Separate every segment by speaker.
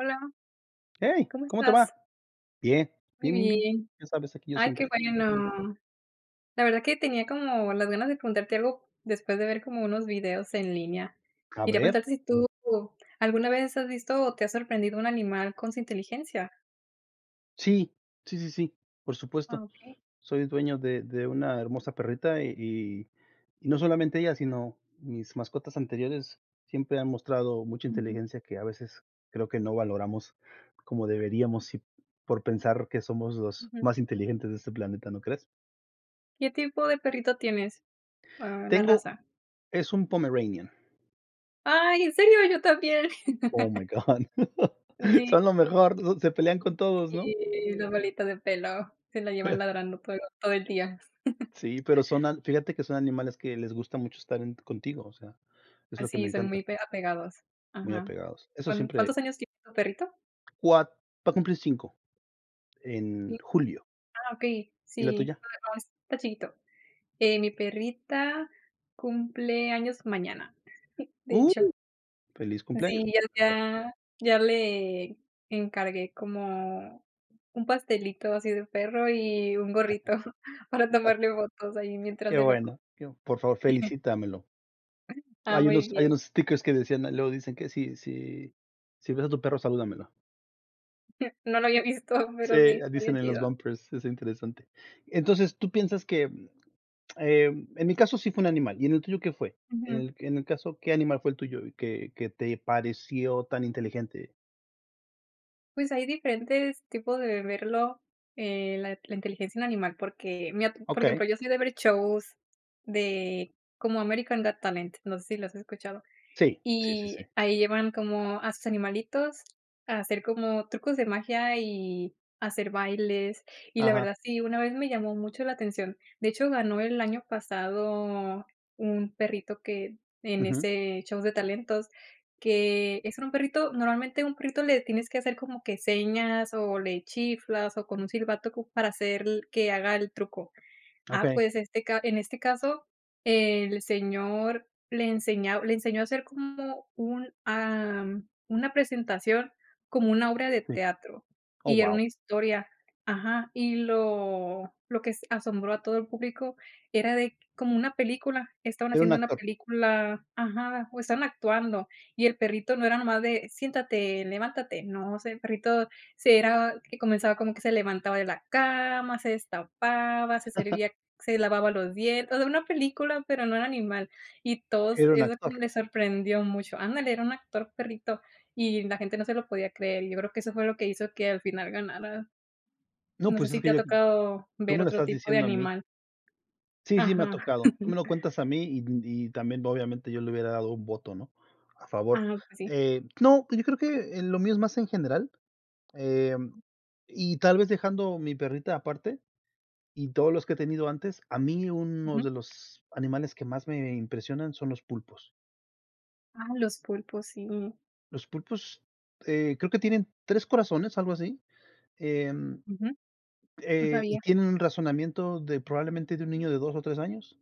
Speaker 1: Hola,
Speaker 2: Hey,
Speaker 1: ¿cómo
Speaker 2: ¿cómo te va?
Speaker 1: estás?
Speaker 2: Bien,
Speaker 1: Muy
Speaker 2: bien, bien, bien.
Speaker 1: bien.
Speaker 2: Ya sabes, aquí yo
Speaker 1: Ay, qué
Speaker 2: siempre.
Speaker 1: bueno. La verdad que tenía como las ganas de preguntarte algo después de ver como unos videos en línea.
Speaker 2: A
Speaker 1: Quería
Speaker 2: ver.
Speaker 1: preguntarte si tú alguna vez has visto o te ha sorprendido un animal con su inteligencia.
Speaker 2: Sí, sí, sí, sí, por
Speaker 1: Ah,
Speaker 2: supuesto.
Speaker 1: ok.
Speaker 2: Soy dueño de una hermosa perrita y no solamente ella, sino mis mascotas anteriores siempre han mostrado mucha
Speaker 1: Ujú,
Speaker 2: inteligencia que a veces creo que no valoramos como deberíamos y por pensar que somos los
Speaker 1: ujú.
Speaker 2: más inteligentes de este planeta, ¿no crees?
Speaker 1: ¿Qué tipo de perrito tienes? Ah, la
Speaker 2: Tengo
Speaker 1: raza.
Speaker 2: Es un Pomeranian.
Speaker 1: Ay, ¿en serio? Yo también.
Speaker 2: Oh my God.
Speaker 1: Sí,
Speaker 2: Son lo mejor, se pelean con todos, ¿no?
Speaker 1: sí, la bolita de pelo. Se la llevan ladrando todo el día.
Speaker 2: Sí, pero son an fíjate que son animales que les gusta mucho estar en contigo, o sea, es lo que me
Speaker 1: Así son muy
Speaker 2: encanta,
Speaker 1: apegados.
Speaker 2: muy
Speaker 1: Ajá.
Speaker 2: apegados. Eso
Speaker 1: ¿Cuántos
Speaker 2: siempre
Speaker 1: años tiene tu perrito?
Speaker 2: cua va a cumplir 5 en julio.
Speaker 1: Ah, okey,
Speaker 2: ¿Y la
Speaker 1: sí,
Speaker 2: tuya?
Speaker 1: no, está chiquito. Mi perrita cumple años mañana, de hecho.
Speaker 2: ¡Uh! Feliz cumpleaños
Speaker 1: Sí, ya
Speaker 2: por adelantado.
Speaker 1: ya ya le encargué como un pastelito así de perro y un gorrito para tomarle fotos ahí mientras
Speaker 2: Qué
Speaker 1: se lo come.
Speaker 2: bueno, qué bu por favor, felicítamelo.
Speaker 1: Ah,
Speaker 2: Hay
Speaker 1: muy
Speaker 2: unos hay
Speaker 1: bien.
Speaker 2: unos stickers que decían, luego dicen que si ves a tu perro, salúdamelo.
Speaker 1: No lo había visto, pero sí,
Speaker 2: Sí,
Speaker 1: estaría
Speaker 2: dicen en los
Speaker 1: chido.
Speaker 2: bumpers, es interesante. Entonces, ¿tú piensas que? Eh, en mi caso sí fue un animal. ¿Y en el tuyo qué fue? En
Speaker 1: Ujú.
Speaker 2: el en el caso, ¿qué animal fue el tuyo y que te pareció tan inteligente?
Speaker 1: Pues hay diferentes tipos de verlo, la inteligencia en animal, porque mira, por
Speaker 2: Okey,
Speaker 1: ejemplo, yo soy de ver shows de como American Got Talent, no sé si lo has escuchado.
Speaker 2: sí, sí, sí,
Speaker 1: Y
Speaker 2: sí.
Speaker 1: ahí llevan como a sus animalitos a hacer como trucos de magia y hacer bailes. Y la
Speaker 2: Ajá,
Speaker 1: verdad, sí, una vez me llamó mucho la atención. De hecho, ganó el año pasado un perrito que en
Speaker 2: ujú,
Speaker 1: ese show de talentos, que es un perrito normalmente un perrito le tienes que hacer como que señas o le chiflas o con un silbato como para hacer que haga el truco. Ah,
Speaker 2: okey,
Speaker 1: pues, este ca en este caso, el señor le enseñó a hacer como un, una presentación, como una obra de
Speaker 2: sí.
Speaker 1: teatro,
Speaker 2: Oh,
Speaker 1: y era una
Speaker 2: wow,
Speaker 1: historia ajá, y lo que s asombró a todo el público era como una película, estaban
Speaker 2: era un
Speaker 1: haciendo una
Speaker 2: actor,
Speaker 1: película ajá, o estaban actuando, y el perrito no era nomás de: "Siéntate, levántate", no, o sea, el perrito se era que comenzaba como que se levantaba de la cama, se destapaba, se servía se lavaba los dientes, o sea, una película, pero no era animal. Y todos
Speaker 2: era un
Speaker 1: eso como
Speaker 2: actor.
Speaker 1: les sorprendió mucho. Ándale, era un actor perrito, y la gente no se lo podía creer. Yo creo que eso fue lo que hizo que al final ganara.
Speaker 2: No,
Speaker 1: No sé
Speaker 2: pues es
Speaker 1: si te
Speaker 2: que
Speaker 1: ha
Speaker 2: yo,
Speaker 1: tocado
Speaker 2: tú
Speaker 1: ver
Speaker 2: me lo
Speaker 1: otro
Speaker 2: estás
Speaker 1: tipo de
Speaker 2: diciendo a mí.
Speaker 1: animal.
Speaker 2: Sí, sí, me ha
Speaker 1: Ajá.
Speaker 2: tocado. Tú me lo cuentas a mí, y también, obviamente, yo le hubiera dado un voto, ¿no? A favor.
Speaker 1: Ah, pues sí.
Speaker 2: No, yo creo que, lo mío es más en general, em, y tal vez dejando mi perrita aparte. Y todos los que he tenido antes, a mí
Speaker 1: Ujú.
Speaker 2: unos de los animales que más me impresionan son los pulpos.
Speaker 1: Ah, los pulpos, sí. Ujú,
Speaker 2: Los pulpos, creo que tienen 3 corazones, algo así, em,
Speaker 1: no
Speaker 2: y
Speaker 1: sabía.
Speaker 2: tienen un razonamiento de probablemente de un niño de 2 o 3 años,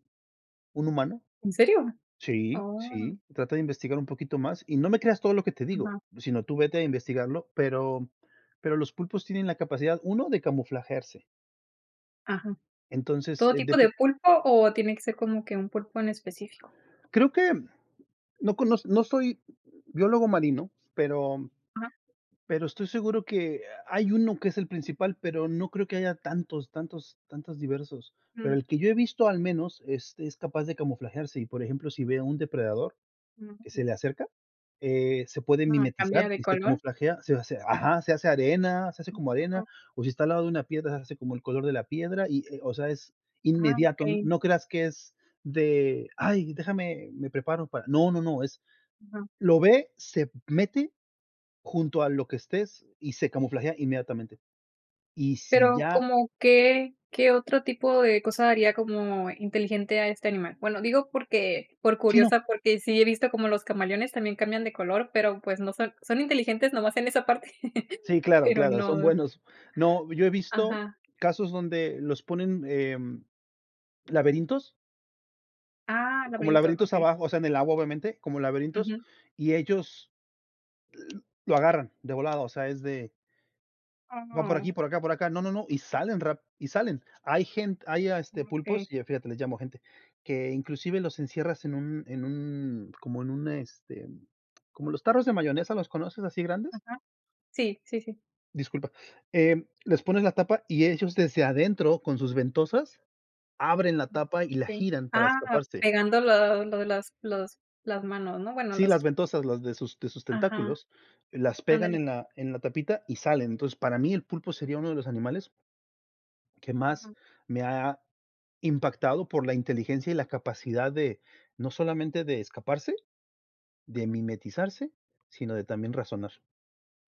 Speaker 2: un humano.
Speaker 1: ¿En serio?
Speaker 2: Sí,
Speaker 1: Oh,
Speaker 2: sí, trata de investigar un poquito más, y no me creas todo lo que te digo,
Speaker 1: ajá,
Speaker 2: sino tú vete a investigarlo, pero los pulpos tienen la capacidad, uno, de camuflajearse.
Speaker 1: ajá.
Speaker 2: Entonces,
Speaker 1: ¿Todo tipo de
Speaker 2: depe
Speaker 1: pulpo o tiene que ser como que un pulpo en específico?
Speaker 2: creo que no soy biólogo marino, pero
Speaker 1: Ajá.
Speaker 2: Pero estoy seguro que hay uno que es el principal, pero no creo que haya tantos, tantos, tantos diversos. Pero
Speaker 1: Mm,
Speaker 2: el que yo he visto al menos, este, es capaz de camuflajearse y, por ejemplo, si ve a un depredador que se
Speaker 1: mm.
Speaker 2: le acerca, se puede
Speaker 1: Ah, ¿cambia
Speaker 2: mimetizar
Speaker 1: de
Speaker 2: y se
Speaker 1: color?
Speaker 2: camuflajea, se hace, ajá, se hace arena, se hace como arena, o si está al lado de una piedra, se hace como el color de la piedra y, o sea, es
Speaker 1: Ah,
Speaker 2: inmediato.
Speaker 1: okey,
Speaker 2: No creas que es de: "Ay, déjame, me preparo para". No, no, no, es
Speaker 1: ajá.
Speaker 2: lo ve, se mete junto a lo que estés y se camuflajea inmediatamente. Y si
Speaker 1: Pero,
Speaker 2: ya,
Speaker 1: ¿como qué qué otro tipo de cosa haría como inteligente a este animal? Bueno, digo porque por
Speaker 2: sí, no,
Speaker 1: curiosa, porque sí he visto como los camaleones también cambian de color, pero, pues, no son inteligentes nomás en esa parte,
Speaker 2: sí, claro,
Speaker 1: pero
Speaker 2: claro, son
Speaker 1: no
Speaker 2: buenos. No, yo he visto
Speaker 1: ajá.
Speaker 2: casos donde los ponen, laberintos,
Speaker 1: Ah,
Speaker 2: como
Speaker 1: laberinto,
Speaker 2: laberintos
Speaker 1: okey.
Speaker 2: abajo, o sea, en el agua, obviamente, como laberintos,
Speaker 1: Ujú.
Speaker 2: y ellos lo agarran de volada, o sea, es de: "Va por
Speaker 1: Oh,
Speaker 2: aquí, por acá, por acá". No, no, no, y salen rap y salen. Hay gente, hay, ah, este,
Speaker 1: okey.
Speaker 2: pulpos, y fíjate, les llamo gente, que inclusive los encierras en un como en un, este, como los tarros de mayonesa, ¿los conoces, así grandes?
Speaker 1: Ajá. Sí, sí, sí.
Speaker 2: Disculpa, les pones la tapa y ellos desde adentro, con sus ventosas, abren la tapa y la
Speaker 1: Okey.
Speaker 2: giran para
Speaker 1: Ah,
Speaker 2: escaparse.
Speaker 1: pegando lo de las manos, ¿no? Bueno,
Speaker 2: Sí,
Speaker 1: los
Speaker 2: las ventosas, las de sus
Speaker 1: ajá,
Speaker 2: tentáculos, las pegan
Speaker 1: ándale.
Speaker 2: en la tapita y salen. Entonces, para mí, el pulpo sería uno de los animales que más
Speaker 1: Ajá,
Speaker 2: me ha impactado por la inteligencia y la capacidad de, no solamente de escaparse, de
Speaker 1: ajá.
Speaker 2: mimetizarse, sino de también razonar.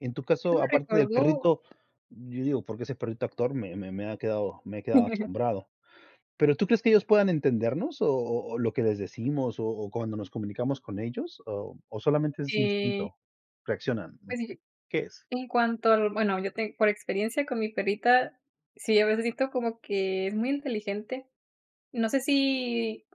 Speaker 2: En tu
Speaker 1: Eso
Speaker 2: caso,
Speaker 1: me
Speaker 2: aparte del
Speaker 1: recordó.
Speaker 2: perrito, yo digo, porque ese perrito actor me he quedado asombrado. Pero, ¿tú crees que ellos puedan entendernos, o lo que les decimos, o cuando nos comunicamos con ellos, o solamente es
Speaker 1: Eh,
Speaker 2: instinto? Reaccionan, ¿no?
Speaker 1: pues,
Speaker 2: ¿Qué qué es?
Speaker 1: en cuanto al bueno, yo tengo por experiencia con mi perrita, sí, a veces siento como que es muy inteligente. No sé si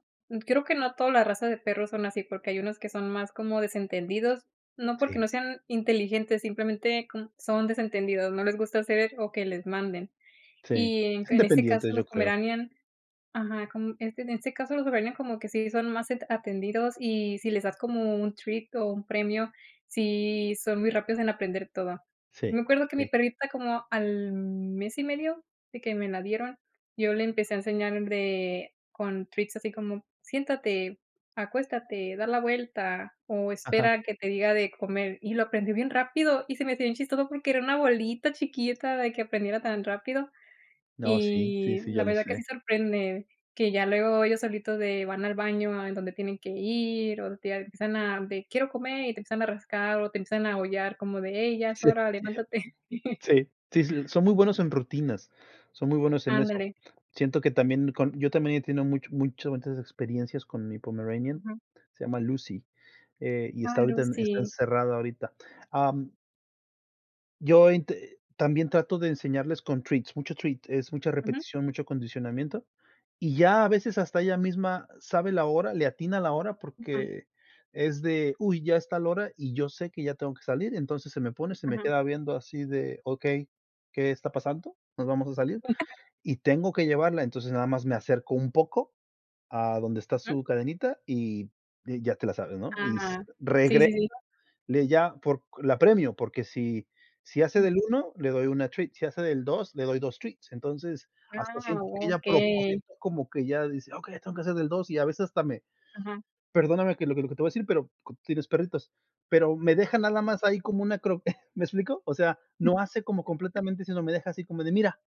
Speaker 1: Creo que no todas las razas de perros son así, porque hay unos que son más como desentendidos, no porque no
Speaker 2: Sí,
Speaker 1: sean inteligentes, simplemente como son desentendidos, no les gusta hacer o que les manden.
Speaker 2: sí.
Speaker 1: Y en
Speaker 2: Son
Speaker 1: en este caso,
Speaker 2: dependientes,
Speaker 1: los
Speaker 2: yo creo.
Speaker 1: pomeranian. Ajá, como este, en este caso los bailarines como que sí son más atendidos y si les das como un treat o un premio, sí son muy rápidos en aprender todo. Me
Speaker 2: Sí,
Speaker 1: acuerdo que mi
Speaker 2: sí.
Speaker 1: perrita como al mes y medio de que me la dieron, yo le empecé a enseñar de con treats así como siéntate, acuéstate, da la vuelta o
Speaker 2: Ajá.
Speaker 1: espera que te diga de comer y lo aprendí bien rápido y se me hacía bien chistoso porque era una bolita chiquita de que aprendiera tan rápido
Speaker 2: No, sí, sí,
Speaker 1: y
Speaker 2: sí,
Speaker 1: la
Speaker 2: yo lo
Speaker 1: verdad que sí
Speaker 2: sé.
Speaker 1: sorprende, que ya luego ellos solitos de van al baño en donde tienen que ir, o te empiezan a de: "Quiero comer", y te empiezan a rascar, o te empiezan a aullar como de: "Hey, ya es hora, levántate".
Speaker 2: Sí, sí, sí, s son muy buenos en rutinas, son muy buenos en eso.
Speaker 1: Ándale.
Speaker 2: Siento que también con yo también he tenido mucho muchas bonitas experiencias con mi Pomeranian,
Speaker 1: Ujú.
Speaker 2: se llama Lucy, y
Speaker 1: Ah,
Speaker 2: está ahorita en está
Speaker 1: Lucy.
Speaker 2: encerrada ahorita. Yo int también trato de enseñarles con treats, mucho treat, es mucha
Speaker 1: Ujú,
Speaker 2: repetición, mucho condicionamiento, y ya a veces hasta ella misma sabe la hora, le atina la hora
Speaker 1: ujú,
Speaker 2: porque es de: "Uy, ya está la hora y yo sé que ya tengo que salir", entonces se me pone, se me
Speaker 1: ujú,
Speaker 2: queda viendo así de: "Okey, ¿qué está pasando? Nos vamos a salir", y tengo que llevarla, entonces nada más me acerco un poco a donde está
Speaker 1: ujú.
Speaker 2: su cadenita y ya te la sabes, ¿no? Y s
Speaker 1: Ah, sí,
Speaker 2: regreso
Speaker 1: sí, sí.
Speaker 2: le ya por la premio, porque si hace del
Speaker 1: Ujú.
Speaker 2: uno le doy una treat, si hace del 2 le doy 2 treats. Entonces, hasta
Speaker 1: Ah,
Speaker 2: siento que ella a
Speaker 1: okey.
Speaker 2: propósito como que ya dice: "Okey, tengo que hacer del dos", y a veces hasta me,
Speaker 1: Ajá,
Speaker 2: perdóname que lo que te voy a decir, pero co tienes perritos, pero me deja nada más ahí como una cro ¿me explico? O sea, no hace como completamente, sino me deja así como de: "Mira,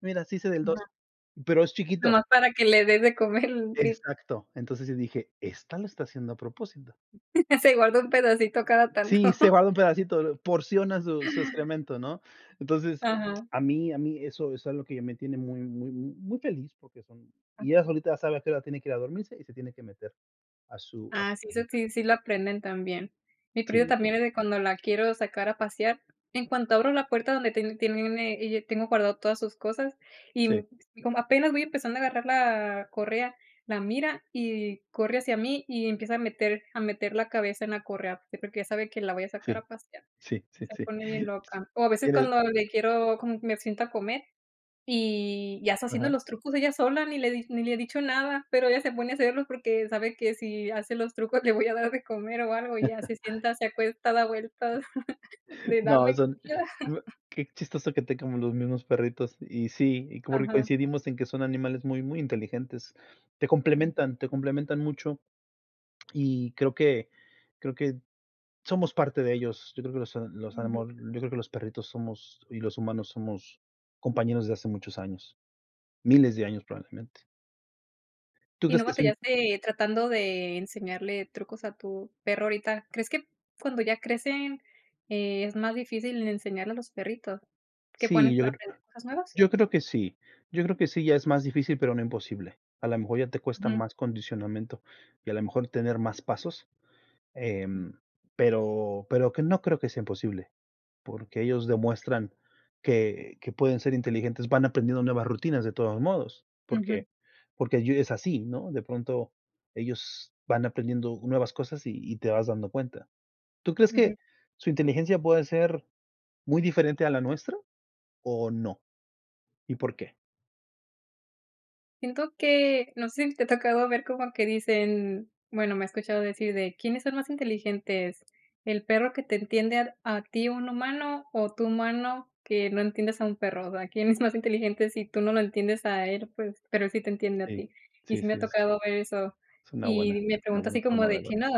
Speaker 2: mira, sí hice del dos,
Speaker 1: ajá.
Speaker 2: pero es chiquito".
Speaker 1: Nomás para que le des de comer el trit.
Speaker 2: Exacto. Entonces, yo dije: "Esta lo está haciendo a propósito".
Speaker 1: Se guarda un pedacito cada tanto.
Speaker 2: Sí, se guarda un pedacito, porciona su excremento, ¿no? Entonces,
Speaker 1: Ajá,
Speaker 2: a mí eso es algo que ya me tiene muy muy muy muy feliz, porque son, y
Speaker 1: ajá.
Speaker 2: ella solita sabe a qué hora tiene que ir a dormirse y se tiene que meter a su
Speaker 1: Ah, sí, eso
Speaker 2: cajita.
Speaker 1: sí sí lo aprenden también. Mi perrita
Speaker 2: Sí,
Speaker 1: también
Speaker 2: son
Speaker 1: es de cuando la quiero sacar a pasear, en cuanto abro la puerta donde ten tiene ella tengo guardado todas sus cosas, y,
Speaker 2: sí,
Speaker 1: como apenas voy empezando a agarrar la correa, la mira y corre hacia mí y empieza a meter la cabeza en la correa, pues, porque ya sabe que la voy a sacar
Speaker 2: sí,
Speaker 1: a pasear.
Speaker 2: sí, sí,
Speaker 1: Se
Speaker 2: sí.
Speaker 1: pone bien loca. O a veces
Speaker 2: Tienes
Speaker 1: cuando le quiero como me siento a comer, y ya está haciendo
Speaker 2: ajá.
Speaker 1: los trucos ella sola, ni le di ni le he dicho nada, pero ella se pone a hacerlos porque sabe que si hace los trucos le voy a dar de comer o algo, y ya se sienta, se acuesta, da vueltas de
Speaker 2: No,
Speaker 1: darme
Speaker 2: son
Speaker 1: comida.
Speaker 2: bu qué chistoso que tengamos los mismos perritos. Y sí, y como que
Speaker 1: Ajá,
Speaker 2: coincidimos en que son animales muy, muy inteligentes. Te
Speaker 1: ujú,
Speaker 2: complementan, te complementan mucho, y creo que somos parte de ellos. Yo creo que los a los
Speaker 1: ujú.
Speaker 2: anemo yo creo que los perritos somos y los humanos somos compañeros de hace muchos años, miles de años probablemente. ¿Tú
Speaker 1: ¿Y
Speaker 2: crees
Speaker 1: no
Speaker 2: que son?
Speaker 1: batallaste tratando de enseñarle trucos a tu perro ahorita? ¿Crees que cuando ya crecen, es más difícil enseñarle a los perritos que
Speaker 2: Sí,
Speaker 1: ponen
Speaker 2: yo
Speaker 1: para
Speaker 2: creo
Speaker 1: aprender cosas nuevas?
Speaker 2: yo creo que sí. Yo creo que sí, ya es más difícil, pero no imposible. A lo mejor ya te cuesta
Speaker 1: Ujú,
Speaker 2: más condicionamiento y a lo mejor tener más pasos, em, pero que no creo que sea imposible. Porque ellos demuestran que pueden ser inteligentes, van aprendiendo nuevas rutinas de todos modos,
Speaker 1: ujú,
Speaker 2: porque yo es así, ¿no? De pronto ellos van aprendiendo nuevas cosas y te vas dando cuenta. ¿Tú crees
Speaker 1: ujú.
Speaker 2: que su inteligencia puede ser muy diferente a la nuestra o no? ¿Y por qué?
Speaker 1: Siento que, no sé si te ha tocado ver como que dicen, bueno, me he escuchado decir de: "¿Quiénes son más inteligentes? ¿El perro que te entiende a ti, un humano, o tu humano que no entiendes a un perro?". O sea, ¿quién es más inteligente si tú no lo entiendes a él, pues, pero él sí te entiende a
Speaker 2: Sí,
Speaker 1: ti? Y
Speaker 2: sí,
Speaker 1: sí me
Speaker 2: sí,
Speaker 1: ha
Speaker 2: es
Speaker 1: tocado ver eso.
Speaker 2: es
Speaker 1: Y me
Speaker 2: una
Speaker 1: pregunto
Speaker 2: buena
Speaker 1: así como
Speaker 2: forma
Speaker 1: de
Speaker 2: de
Speaker 1: que no,
Speaker 2: verlo.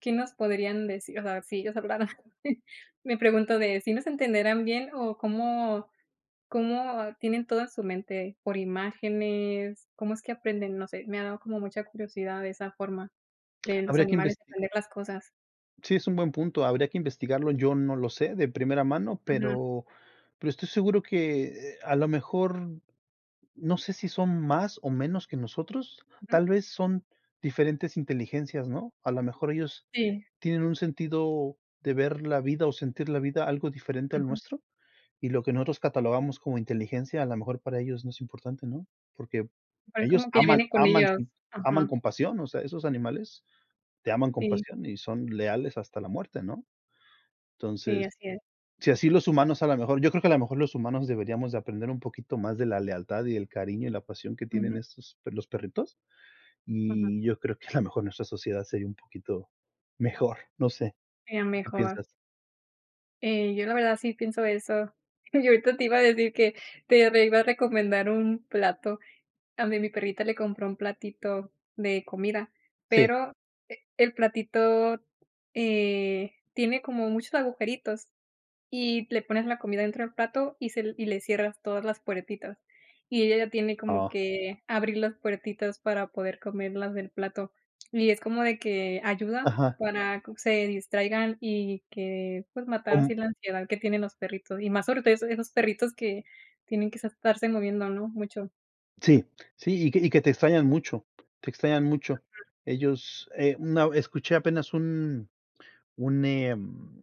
Speaker 1: ¿qué nos podrían decir? O sea, si ellos hablaran. Me pregunto de, si nos entenderán bien o cómo. ¿Cómo tienen todo en su mente por imágenes? ¿Cómo es que aprenden? No sé, me ha dado como mucha curiosidad de esa forma de los
Speaker 2: Habría que
Speaker 1: animales de
Speaker 2: investi
Speaker 1: aprender las cosas.
Speaker 2: sí, es un buen punto, habría que investigarlo, yo no lo sé de primera mano,
Speaker 1: Ajá,
Speaker 2: pero estoy seguro que, a lo mejor no sé si son más o menos que nosotros,
Speaker 1: ujú,
Speaker 2: tal vez son diferentes inteligencias, ¿no? A lo mejor ellos
Speaker 1: sí,
Speaker 2: tienen un sentido de ver la vida o sentir la vida algo diferente al
Speaker 1: ujú,
Speaker 2: nuestro, y lo que nosotros catalogamos como inteligencia, a lo mejor para ellos no es importante, ¿no? Porque
Speaker 1: pero es
Speaker 2: ellos
Speaker 1: como que
Speaker 2: aman
Speaker 1: viene con
Speaker 2: aman
Speaker 1: ellos.
Speaker 2: sin aman
Speaker 1: Ajá,
Speaker 2: con pasión, o sea, esos animales te aman con
Speaker 1: sí,
Speaker 2: pasión y son leales hasta la muerte, ¿no?
Speaker 1: sí,
Speaker 2: Entonces,
Speaker 1: así es.
Speaker 2: si así los humanos a lo mejor yo creo que a lo mejor los humanos deberíamos de aprender un poquito más de la lealtad y el cariño y la pasión que tienen
Speaker 1: Ujú,
Speaker 2: los perritos,
Speaker 1: ujú,
Speaker 2: y yo creo que a lo mejor nuestra sociedad sería un poquito mejor, no sé,
Speaker 1: sería
Speaker 2: ¿tú qué
Speaker 1: mejor.
Speaker 2: piensas?
Speaker 1: Yo la verdad sí pienso eso. Y ahorita te iba a decir que te re iba a recomendar un plato. A mí mi perrita le compró un platito de comida,
Speaker 2: Sí,
Speaker 1: pero el platito, tiene como muchos agujeritos y le pones la comida dentro del plato y se y le cierras todas las puertitas. Y ella ya tiene como
Speaker 2: ah,
Speaker 1: que abrir las puertitas para poder comerlas del plato. Y es como de que ayuda
Speaker 2: ajá,
Speaker 1: para que se distraigan y que, pues, matar
Speaker 2: como
Speaker 1: así la ansiedad que tienen los perritos, y más sobre todo esos perritos que tienen que estarse moviendo, ¿no?, mucho.
Speaker 2: sí, sí, y que te extrañan mucho, te extrañan mucho. Ellos, una escuché apenas un, em,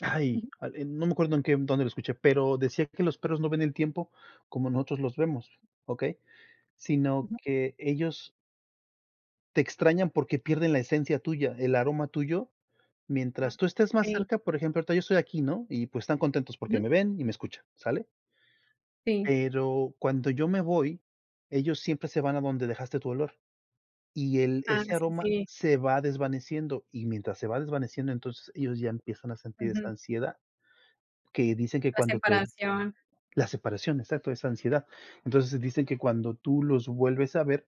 Speaker 2: ay,
Speaker 1: Ujú,
Speaker 2: al no me acuerdo en qué, dónde lo escuché, pero decía que los perros no ven el tiempo como nosotros los vemos, ¿okey? Sino
Speaker 1: ujú.
Speaker 2: que ellos te extrañan porque pierden la esencia tuya, el aroma tuyo,
Speaker 1: Ah,
Speaker 2: mientras tú estés más
Speaker 1: okey.
Speaker 2: cerca, por ejemplo, ahorita yo estoy aquí, ¿no? Y, pues, están contentos porque
Speaker 1: Ujú.
Speaker 2: me ven y me escuchan, ¿sale?
Speaker 1: Sí.
Speaker 2: Pero cuando yo me voy, ellos siempre se van a donde dejaste tu olor, y el
Speaker 1: Ah,
Speaker 2: ese
Speaker 1: sí,
Speaker 2: aroma
Speaker 1: sí.
Speaker 2: se va desvaneciendo, y mientras se va desvaneciendo, entonces ellos ya empiezan a sentir esa ansiedad que dicen que
Speaker 1: La
Speaker 2: cuando te,
Speaker 1: separación,
Speaker 2: la separación, exacto, esa ansiedad. Entonces, dicen que cuando tú los vuelves a ver,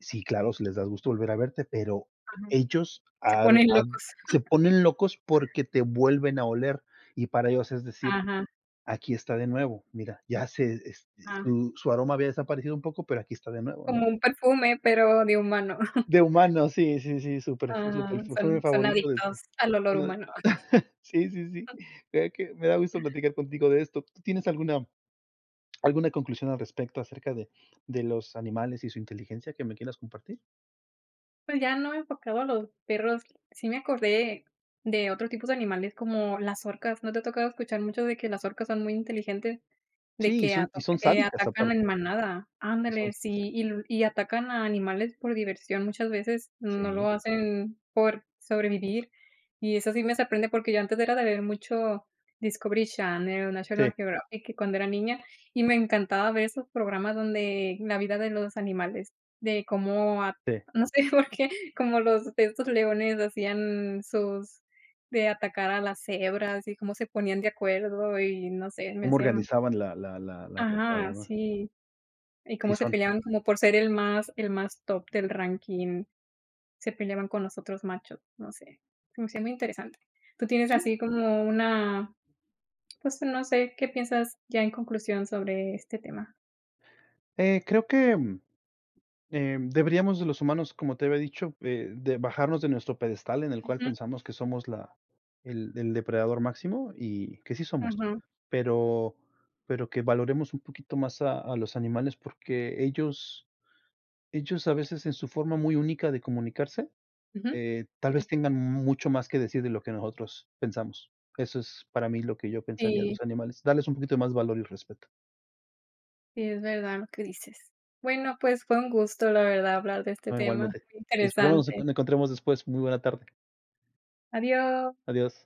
Speaker 2: sí, claro, si les das gusto volver a verte, pero
Speaker 1: ajá,
Speaker 2: ellos
Speaker 1: se
Speaker 2: ar
Speaker 1: ponen
Speaker 2: ad
Speaker 1: locos.
Speaker 2: se ponen locos porque te vuelven a oler, y para ellos es decir:
Speaker 1: Ajá,
Speaker 2: "Aquí está de nuevo, mira, ya se es
Speaker 1: ajá,
Speaker 2: su aroma había desaparecido un poco, pero aquí está de nuevo", ¿no?
Speaker 1: como un perfume, pero de humano.
Speaker 2: De humano, sí, sí, sí, su
Speaker 1: Ajá,
Speaker 2: perfume
Speaker 1: son
Speaker 2: favorito de
Speaker 1: adictos
Speaker 2: tu,
Speaker 1: al olor
Speaker 2: bueno,
Speaker 1: humano.
Speaker 2: sí, sí, sí. Mira que me da gusto platicar contigo de esto. ¿Tú tienes alguna ¿Alguna conclusión al respecto acerca de los animales y su inteligencia que me quieras compartir?
Speaker 1: Pues ya no enfocado a los perros, sí me acordé de otro tipo de animales como las orcas, ¿no te ha tocado escuchar mucho de que las orcas son muy inteligentes? De
Speaker 2: Sí, y
Speaker 1: que
Speaker 2: son,
Speaker 1: ato
Speaker 2: y son
Speaker 1: que
Speaker 2: sádicas
Speaker 1: atacan en
Speaker 2: aparte,
Speaker 1: manada,
Speaker 2: y son
Speaker 1: ándale, sí, y atacan a animales por diversión muchas veces, no lo
Speaker 2: sí,
Speaker 1: hacen por sobrevivir, y eso sí me sorprende porque yo antes era de ver mucho Discovery Channel,
Speaker 2: sí,
Speaker 1: National Geographic que cuando era niña, y me encantaba ver esos programas donde la vida de los animales, de cómo
Speaker 2: sí,
Speaker 1: no sé por qué, como los de estos leones hacían sus de atacar a las cebras y cómo se ponían de acuerdo y no sé, me
Speaker 2: cómo
Speaker 1: hacía
Speaker 2: organizaban la atacada,
Speaker 1: ajá,
Speaker 2: ¿no?
Speaker 1: sí, y
Speaker 2: Sí
Speaker 1: cómo se
Speaker 2: son.
Speaker 1: peleaban como por ser el más top del ranking, se peleaban con los otros machos, no sé, se me hacía muy interesante. ¿Tú tienes
Speaker 2: Sí,
Speaker 1: así como una, pues, no sé, qué piensas ya en conclusión sobre este tema?
Speaker 2: creo que, deberíamos los humanos, como te había dicho, de bajarnos de nuestro pedestal en el cual
Speaker 1: Ujú,
Speaker 2: pensamos que somos la, el depredador máximo, y que sí somos,
Speaker 1: ujú,
Speaker 2: pero pero que valoremos un poquito más a los animales, porque ellos a veces en su forma muy única de comunicarse,
Speaker 1: ujú.
Speaker 2: tal vez
Speaker 1: Sí,
Speaker 2: tengan mucho más que decir de lo que nosotros pensamos. Eso es para mí lo que yo pensaría de
Speaker 1: sí.
Speaker 2: los animales, darles un poquito más valor y respeto.
Speaker 1: Sí, es verdad lo que dices. Bueno, pues fue un gusto, la verdad, hablar de este
Speaker 2: No,
Speaker 1: tema,
Speaker 2: igualmente.
Speaker 1: muy
Speaker 2: Esperemos
Speaker 1: interesante.
Speaker 2: nos encontremos después. Muy buena tarde.
Speaker 1: Adiós.
Speaker 2: Adiós.